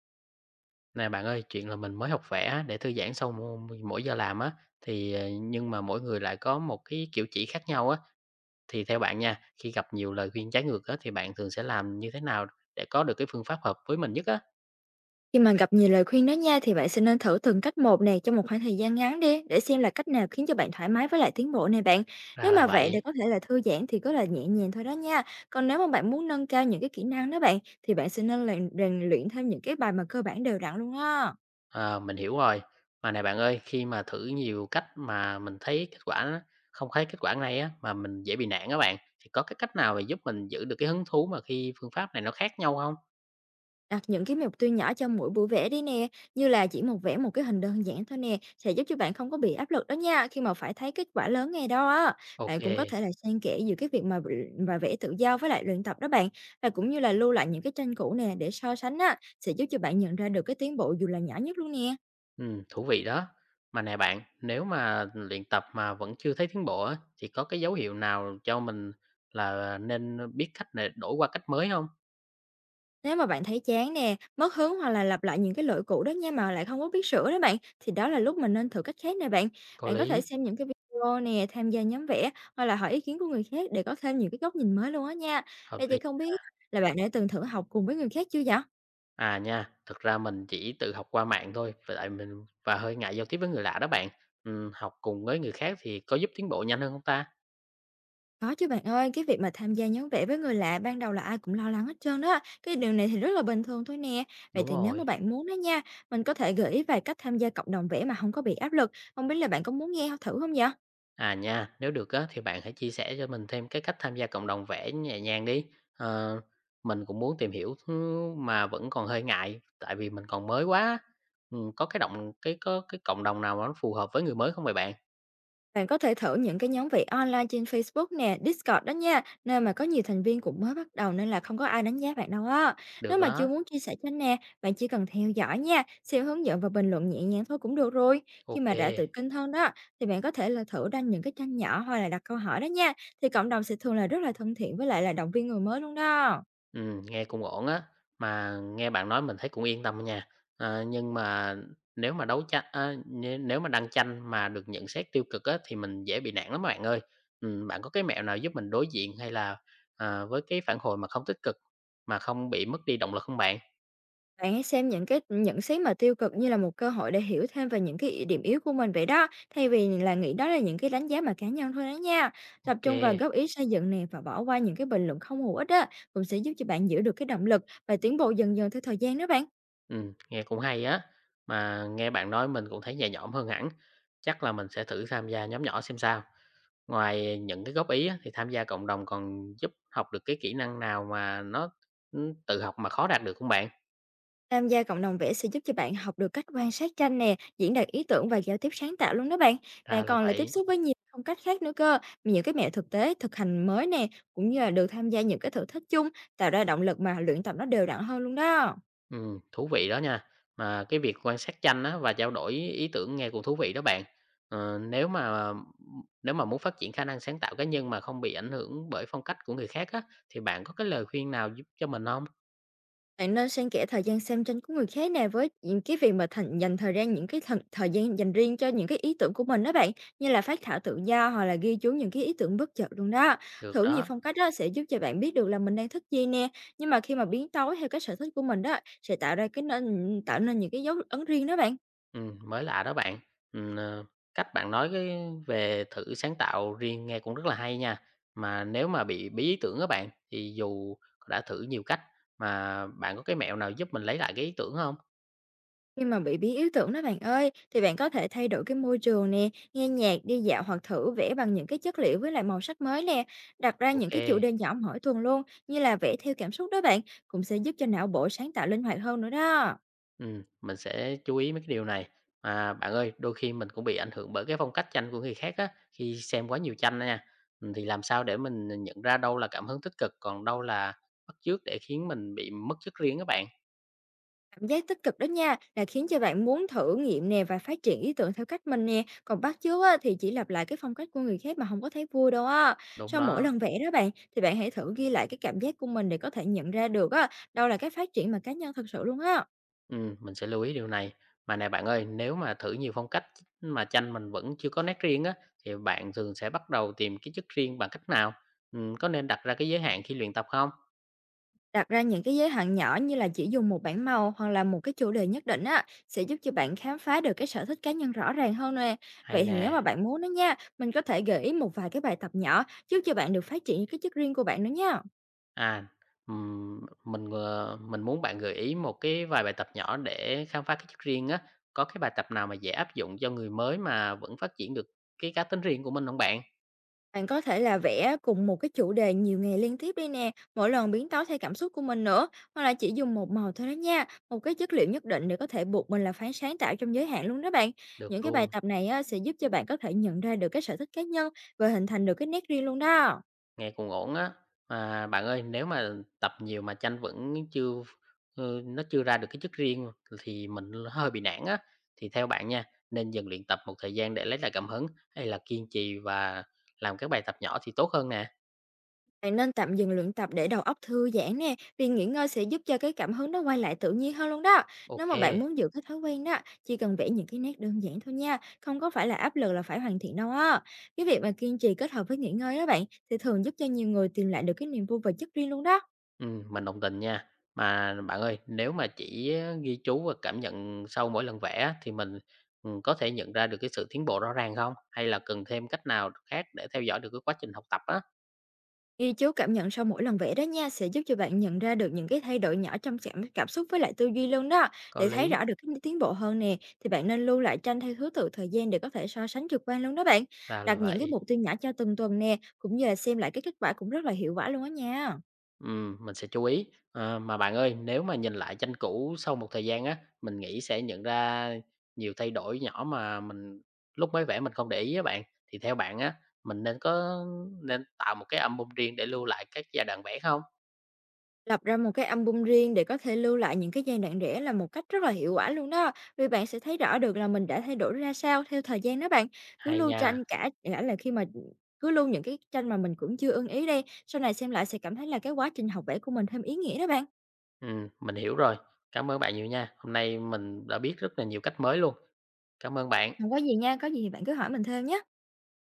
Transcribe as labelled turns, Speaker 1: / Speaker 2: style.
Speaker 1: Nè bạn ơi, chuyện là mình mới học vẽ để thư giãn sau mỗi mỗi giờ làm á, thì, nhưng mà mỗi người lại có một cái kiểu chỉ khác nhau á, thì theo bạn nha, khi gặp nhiều lời khuyên trái ngược á, thì bạn thường sẽ làm như thế nào để có được cái phương pháp hợp với mình nhất á?
Speaker 2: Khi mà gặp nhiều lời khuyên đó nha thì bạn sẽ nên thử từng cách một nè trong một khoảng thời gian ngắn đi để xem là cách nào khiến cho bạn thoải mái với lại tiến bộ nè bạn.
Speaker 1: Ra
Speaker 2: Nếu
Speaker 1: là
Speaker 2: mà vậy để
Speaker 1: vậy,
Speaker 2: có thể là thư giãn thì cứ là nhẹ nhàng thôi đó nha. Còn nếu mà bạn muốn nâng cao những cái kỹ năng đó bạn thì bạn sẽ nên là rèn luyện thêm những cái bài mà cơ bản đều đặn luôn á.
Speaker 1: ờ, mình hiểu rồi. Mà này bạn ơi, khi mà thử nhiều cách mà mình thấy kết quả không thấy kết quả ngay á, mà mình dễ bị nản á bạn, thì có cái cách nào mà giúp mình giữ được cái hứng thú mà khi phương pháp này nó khác nhau không?
Speaker 2: Đặt những cái mục tiêu nhỏ cho mỗi buổi vẽ đi nè, như là chỉ một vẽ một cái hình đơn giản thôi nè, sẽ giúp cho bạn không có bị áp lực đó nha, khi mà phải thấy kết quả lớn ngày đó á.
Speaker 1: Ok.
Speaker 2: Bạn cũng có thể là xen kẽ giữa cái việc mà và vẽ tự do với lại luyện tập đó bạn, và cũng như là lưu lại những cái tranh cũ nè để so sánh á, sẽ giúp cho bạn nhận ra được cái tiến bộ dù là nhỏ nhất luôn nè.
Speaker 1: Thú vị đó. Mà nè bạn, nếu mà luyện tập mà vẫn chưa thấy tiến bộ á, thì có cái dấu hiệu nào cho mình là nên biết cách này đổi qua cách mới không?
Speaker 2: Nếu mà bạn thấy chán nè, mất hứng hoặc là lặp lại những cái lỗi cũ đó nha mà lại không có biết sửa đó bạn, thì đó là lúc mình nên thử cách khác nè bạn.
Speaker 1: Có
Speaker 2: Bạn có thể
Speaker 1: lý.
Speaker 2: xem những cái video nè, tham gia nhóm vẽ hoặc là hỏi ý kiến của người khác để có thêm những cái góc nhìn mới luôn á nha.
Speaker 1: Hợp
Speaker 2: Vậy
Speaker 1: lý.
Speaker 2: thì không biết là bạn đã từng thử học cùng với người khác chưa vậy?
Speaker 1: À nha, thực ra mình chỉ tự học qua mạng thôi, và tại mình hơi ngại giao tiếp với người lạ đó bạn. Học cùng với người khác thì có giúp tiến bộ nhanh hơn không ta?
Speaker 2: Có chứ bạn ơi, cái việc mà tham gia nhóm vẽ với người lạ ban đầu là ai cũng lo lắng hết trơn đó. Cái điều này thì rất là bình thường thôi nè. Vậy
Speaker 1: Đúng
Speaker 2: thì nếu mà
Speaker 1: rồi.
Speaker 2: bạn muốn đó nha, mình có thể gợi ý vài cách tham gia cộng đồng vẽ mà không có bị áp lực. Không biết là bạn có muốn nghe thử không vậy?
Speaker 1: À, nha, nếu được á, thì bạn hãy chia sẻ cho mình thêm cái cách tham gia cộng đồng vẽ nhẹ nhàng đi. Ờ, mình cũng muốn tìm hiểu thứ mà vẫn còn hơi ngại, tại vì mình còn mới quá. Có cái cộng đồng nào mà nó phù hợp với người mới không vậy bạn?
Speaker 2: Bạn có thể thử những cái nhóm vị online trên Facebook nè, Discord đó nha, nơi mà có nhiều thành viên cũng mới bắt đầu nên là không có ai đánh giá bạn đâu á. Nếu
Speaker 1: Được
Speaker 2: mà chưa
Speaker 1: đó.
Speaker 2: muốn chia sẻ kênh nè, bạn chỉ cần theo dõi nha, xem hướng dẫn và bình luận nhẹ nhàng thôi cũng được rồi. Khi
Speaker 1: Ok.
Speaker 2: mà đã tự tin hơn đó, thì bạn có thể là thử đăng những cái tranh nhỏ hoặc là đặt câu hỏi đó nha, thì cộng đồng sẽ thường là rất là thân thiện với lại là động viên người mới luôn đó.
Speaker 1: Nghe cũng ổn á, mà nghe bạn nói mình thấy cũng yên tâm á nha. Ờ, nhưng mà nếu nếu mà đăng tranh mà được nhận xét tiêu cực á, thì mình dễ bị nản lắm bạn ơi. Bạn có cái mẹo nào giúp mình đối diện hay là, với cái phản hồi mà không tích cực, mà không bị mất đi động lực không bạn?
Speaker 2: Bạn hãy xem những cái nhận xét mà tiêu cực như là một cơ hội để hiểu thêm về những cái điểm yếu của mình vậy đó, thay vì là nghĩ đó là những cái đánh giá mà cá nhân thôi đó nha. Tập trung vào
Speaker 1: OK.
Speaker 2: góp ý xây dựng nè và bỏ qua những cái bình luận không hữu ích á, cũng sẽ giúp cho bạn giữ được cái động lực và tiến bộ dần dần theo thời gian đó bạn.
Speaker 1: Nghe cũng hay á, mà nghe bạn nói mình cũng thấy nhẹ nhõm hơn hẳn, chắc là mình sẽ thử tham gia nhóm nhỏ xem sao. Ngoài những cái góp ý á, thì tham gia cộng đồng còn giúp học được cái kỹ năng nào mà nó, tự học mà khó đạt được không bạn?
Speaker 2: Tham gia cộng đồng vẽ sẽ giúp cho bạn học được cách quan sát tranh nè, diễn đạt ý tưởng và giao tiếp sáng tạo luôn đó bạn.
Speaker 1: Ra
Speaker 2: Bạn
Speaker 1: là
Speaker 2: còn là tiếp
Speaker 1: vậy,
Speaker 2: xúc với nhiều phong cách khác nữa cơ, những cái mẹo thực tế, thực hành mới nè, cũng như là được tham gia những cái thử thách chung, tạo ra động lực mà luyện tập nó đều đặn hơn luôn đó.
Speaker 1: thú vị đó nha. Mà cái việc quan sát tranh á, và trao đổi ý tưởng nghe cũng thú vị đó bạn. Ờ, nếu mà muốn phát triển khả năng sáng tạo cá nhân mà không bị ảnh hưởng bởi phong cách của người khác á, thì bạn có cái lời khuyên nào giúp cho mình không?
Speaker 2: Bạn nên xen kẽ thời gian xem tranh của người khác nè với những cái việc mà thành dành thời gian những cái thần, thời gian dành riêng cho những cái ý tưởng của mình đó bạn, như là phát thảo tự do hoặc là ghi chú những cái ý tưởng bất chợt luôn đó.
Speaker 1: Được
Speaker 2: Thử nhiều
Speaker 1: đó.
Speaker 2: phong cách đó sẽ giúp cho bạn biết được là mình đang thích gì nè, nhưng mà khi mà biến tấu theo cái sở thích của mình đó sẽ tạo ra nên tạo nên những cái dấu ấn riêng đó bạn.
Speaker 1: Mới lạ đó bạn. Ừm, ờ, cách bạn nói về thử sáng tạo riêng nghe cũng rất là hay nha. Mà nếu mà bị bí ý tưởng á bạn, thì dù đã thử nhiều cách mà bạn có cái mẹo nào giúp mình lấy lại cái ý tưởng không?
Speaker 2: Khi mà bị bí ý tưởng đó bạn ơi, thì bạn có thể thay đổi cái môi trường nè, nghe nhạc, đi dạo hoặc thử vẽ bằng những cái chất liệu với lại màu sắc mới nè. Đặt ra
Speaker 1: Ok
Speaker 2: những cái
Speaker 1: kê,
Speaker 2: chủ đề nhỏ mỗi tuần luôn, như là vẽ theo cảm xúc đó bạn, cũng sẽ giúp cho não bộ sáng tạo linh hoạt hơn nữa đó.
Speaker 1: mình sẽ chú ý mấy cái điều này. Mà bạn ơi, đôi khi mình cũng bị ảnh hưởng bởi cái phong cách tranh của người khác á, khi xem quá nhiều tranh đó nha. Thì làm sao để mình nhận ra đâu là cảm hứng tích cực, còn đâu là bắt chước để khiến mình bị mất chất riêng các bạn?
Speaker 2: Cảm giác tích cực đó nha, là khiến cho bạn muốn thử nghiệm nè và phát triển ý tưởng theo cách mình nè. Còn bắt chước á, thì chỉ lặp lại cái phong cách của người khác mà không có thấy vui đâu á.
Speaker 1: Đúng
Speaker 2: Sau mỗi
Speaker 1: đó.
Speaker 2: lần vẽ đó bạn, thì bạn hãy thử ghi lại cái cảm giác của mình để có thể nhận ra được á, đâu là cái phát triển mà cá nhân thật sự luôn á.
Speaker 1: Mình sẽ lưu ý điều này. Mà nè bạn ơi, nếu mà thử nhiều phong cách mà tranh mình vẫn chưa có nét riêng á, thì bạn thường sẽ bắt đầu tìm cái chất riêng bằng cách nào? Có nên đặt ra cái giới hạn khi luyện tập không?
Speaker 2: Đặt ra những cái giới hạn nhỏ như là chỉ dùng một bảng màu hoặc là một cái chủ đề nhất định á sẽ giúp cho bạn khám phá được cái sở thích cá nhân rõ ràng hơn nè.
Speaker 1: Hay
Speaker 2: Vậy thì nếu
Speaker 1: nè,
Speaker 2: mà bạn muốn đó nha, mình có thể gợi ý một vài cái bài tập nhỏ giúp cho bạn được phát triển cái chất riêng của bạn nữa nha.
Speaker 1: à, mình muốn bạn gợi ý một cái vài bài tập nhỏ để khám phá cái chất riêng á. Có cái bài tập nào mà dễ áp dụng cho người mới mà vẫn phát triển được cái cá tính riêng của mình không bạn?
Speaker 2: Bạn có thể là vẽ cùng một cái chủ đề nhiều ngày liên tiếp đi nè, mỗi lần biến tấu theo cảm xúc của mình nữa, hoặc là chỉ dùng một màu thôi đó nha, một cái chất liệu nhất định để có thể buộc mình là phải sáng tạo trong giới hạn luôn đó bạn.
Speaker 1: Được
Speaker 2: Những cái bài
Speaker 1: luôn.
Speaker 2: tập này á, sẽ giúp cho bạn có thể nhận ra được cái sở thích cá nhân và hình thành được cái nét riêng luôn đó.
Speaker 1: Nghe cũng ổn á. Mà bạn ơi, nếu mà tập nhiều mà chanh vẫn chưa nó chưa ra được cái chất riêng thì mình hơi bị nản á. Thì theo bạn nha, nên dừng luyện tập một thời gian để lấy lại cảm hứng hay là kiên trì và làm các bài tập nhỏ thì tốt hơn nè?
Speaker 2: Bạn nên tạm dừng luyện tập để đầu óc thư giãn nè, vì nghỉ ngơi sẽ giúp cho cái cảm hứng nó quay lại tự nhiên hơn luôn đó.
Speaker 1: Ok
Speaker 2: Nếu mà
Speaker 1: kê,
Speaker 2: bạn muốn giữ cái thói quen đó, chỉ cần vẽ những cái nét đơn giản thôi nha, không có phải là áp lực là phải hoàn thiện đâu á. Cái việc mà kiên trì kết hợp với nghỉ ngơi đó bạn, thì thường giúp cho nhiều người tìm lại được cái niềm vui và chất riêng luôn đó.
Speaker 1: mình đồng tình nha. Mà bạn ơi, nếu mà chỉ ghi chú và cảm nhận sau mỗi lần vẽ á, thì mình có thể nhận ra được cái sự tiến bộ rõ ràng không? Hay là cần thêm cách nào khác để theo dõi được cái quá trình học tập á?
Speaker 2: Ghi chú cảm nhận sau mỗi lần vẽ đó nha, sẽ giúp cho bạn nhận ra được những cái thay đổi nhỏ trong cảm cảm xúc với lại tư duy luôn đó.
Speaker 1: Có
Speaker 2: Để thấy
Speaker 1: lý,
Speaker 2: rõ được cái tiến bộ hơn nè, thì bạn nên lưu lại tranh theo thứ tự thời gian để có thể so sánh trực quan luôn đó bạn.
Speaker 1: ra là
Speaker 2: Đặt những cái
Speaker 1: vậy.
Speaker 2: mục tiêu nhỏ cho từng tuần nè, cũng như là xem lại cái kết quả cũng rất là hiệu quả luôn đó nha.
Speaker 1: Mình sẽ chú ý. Ờ, mà bạn ơi, nếu mà nhìn lại tranh cũ sau một thời gian á, mình nghĩ sẽ nhận ra nhiều thay đổi nhỏ mà mình lúc mới vẽ mình không để ý á bạn. Thì theo bạn á, mình nên có nên tạo một cái album riêng để lưu lại các giai đoạn vẽ không?
Speaker 2: Lập ra một cái album riêng để có thể lưu lại những cái giai đoạn rẽ là một cách rất là hiệu quả luôn đó, vì bạn sẽ thấy rõ được là mình đã thay đổi ra sao theo thời gian đó bạn. Cứ
Speaker 1: Hay
Speaker 2: lưu
Speaker 1: nha.
Speaker 2: tranh cả cả là khi mà Cứ lưu những cái tranh mà mình cũng chưa ưng ý đi, sau này xem lại sẽ cảm thấy là cái quá trình học vẽ của mình thêm ý nghĩa đó bạn.
Speaker 1: Mình hiểu rồi. Cảm ơn bạn nhiều nha. Hôm nay mình đã biết rất là nhiều cách mới luôn. Cảm ơn bạn.
Speaker 2: Không có gì nha, có gì thì bạn cứ hỏi mình thêm nhé.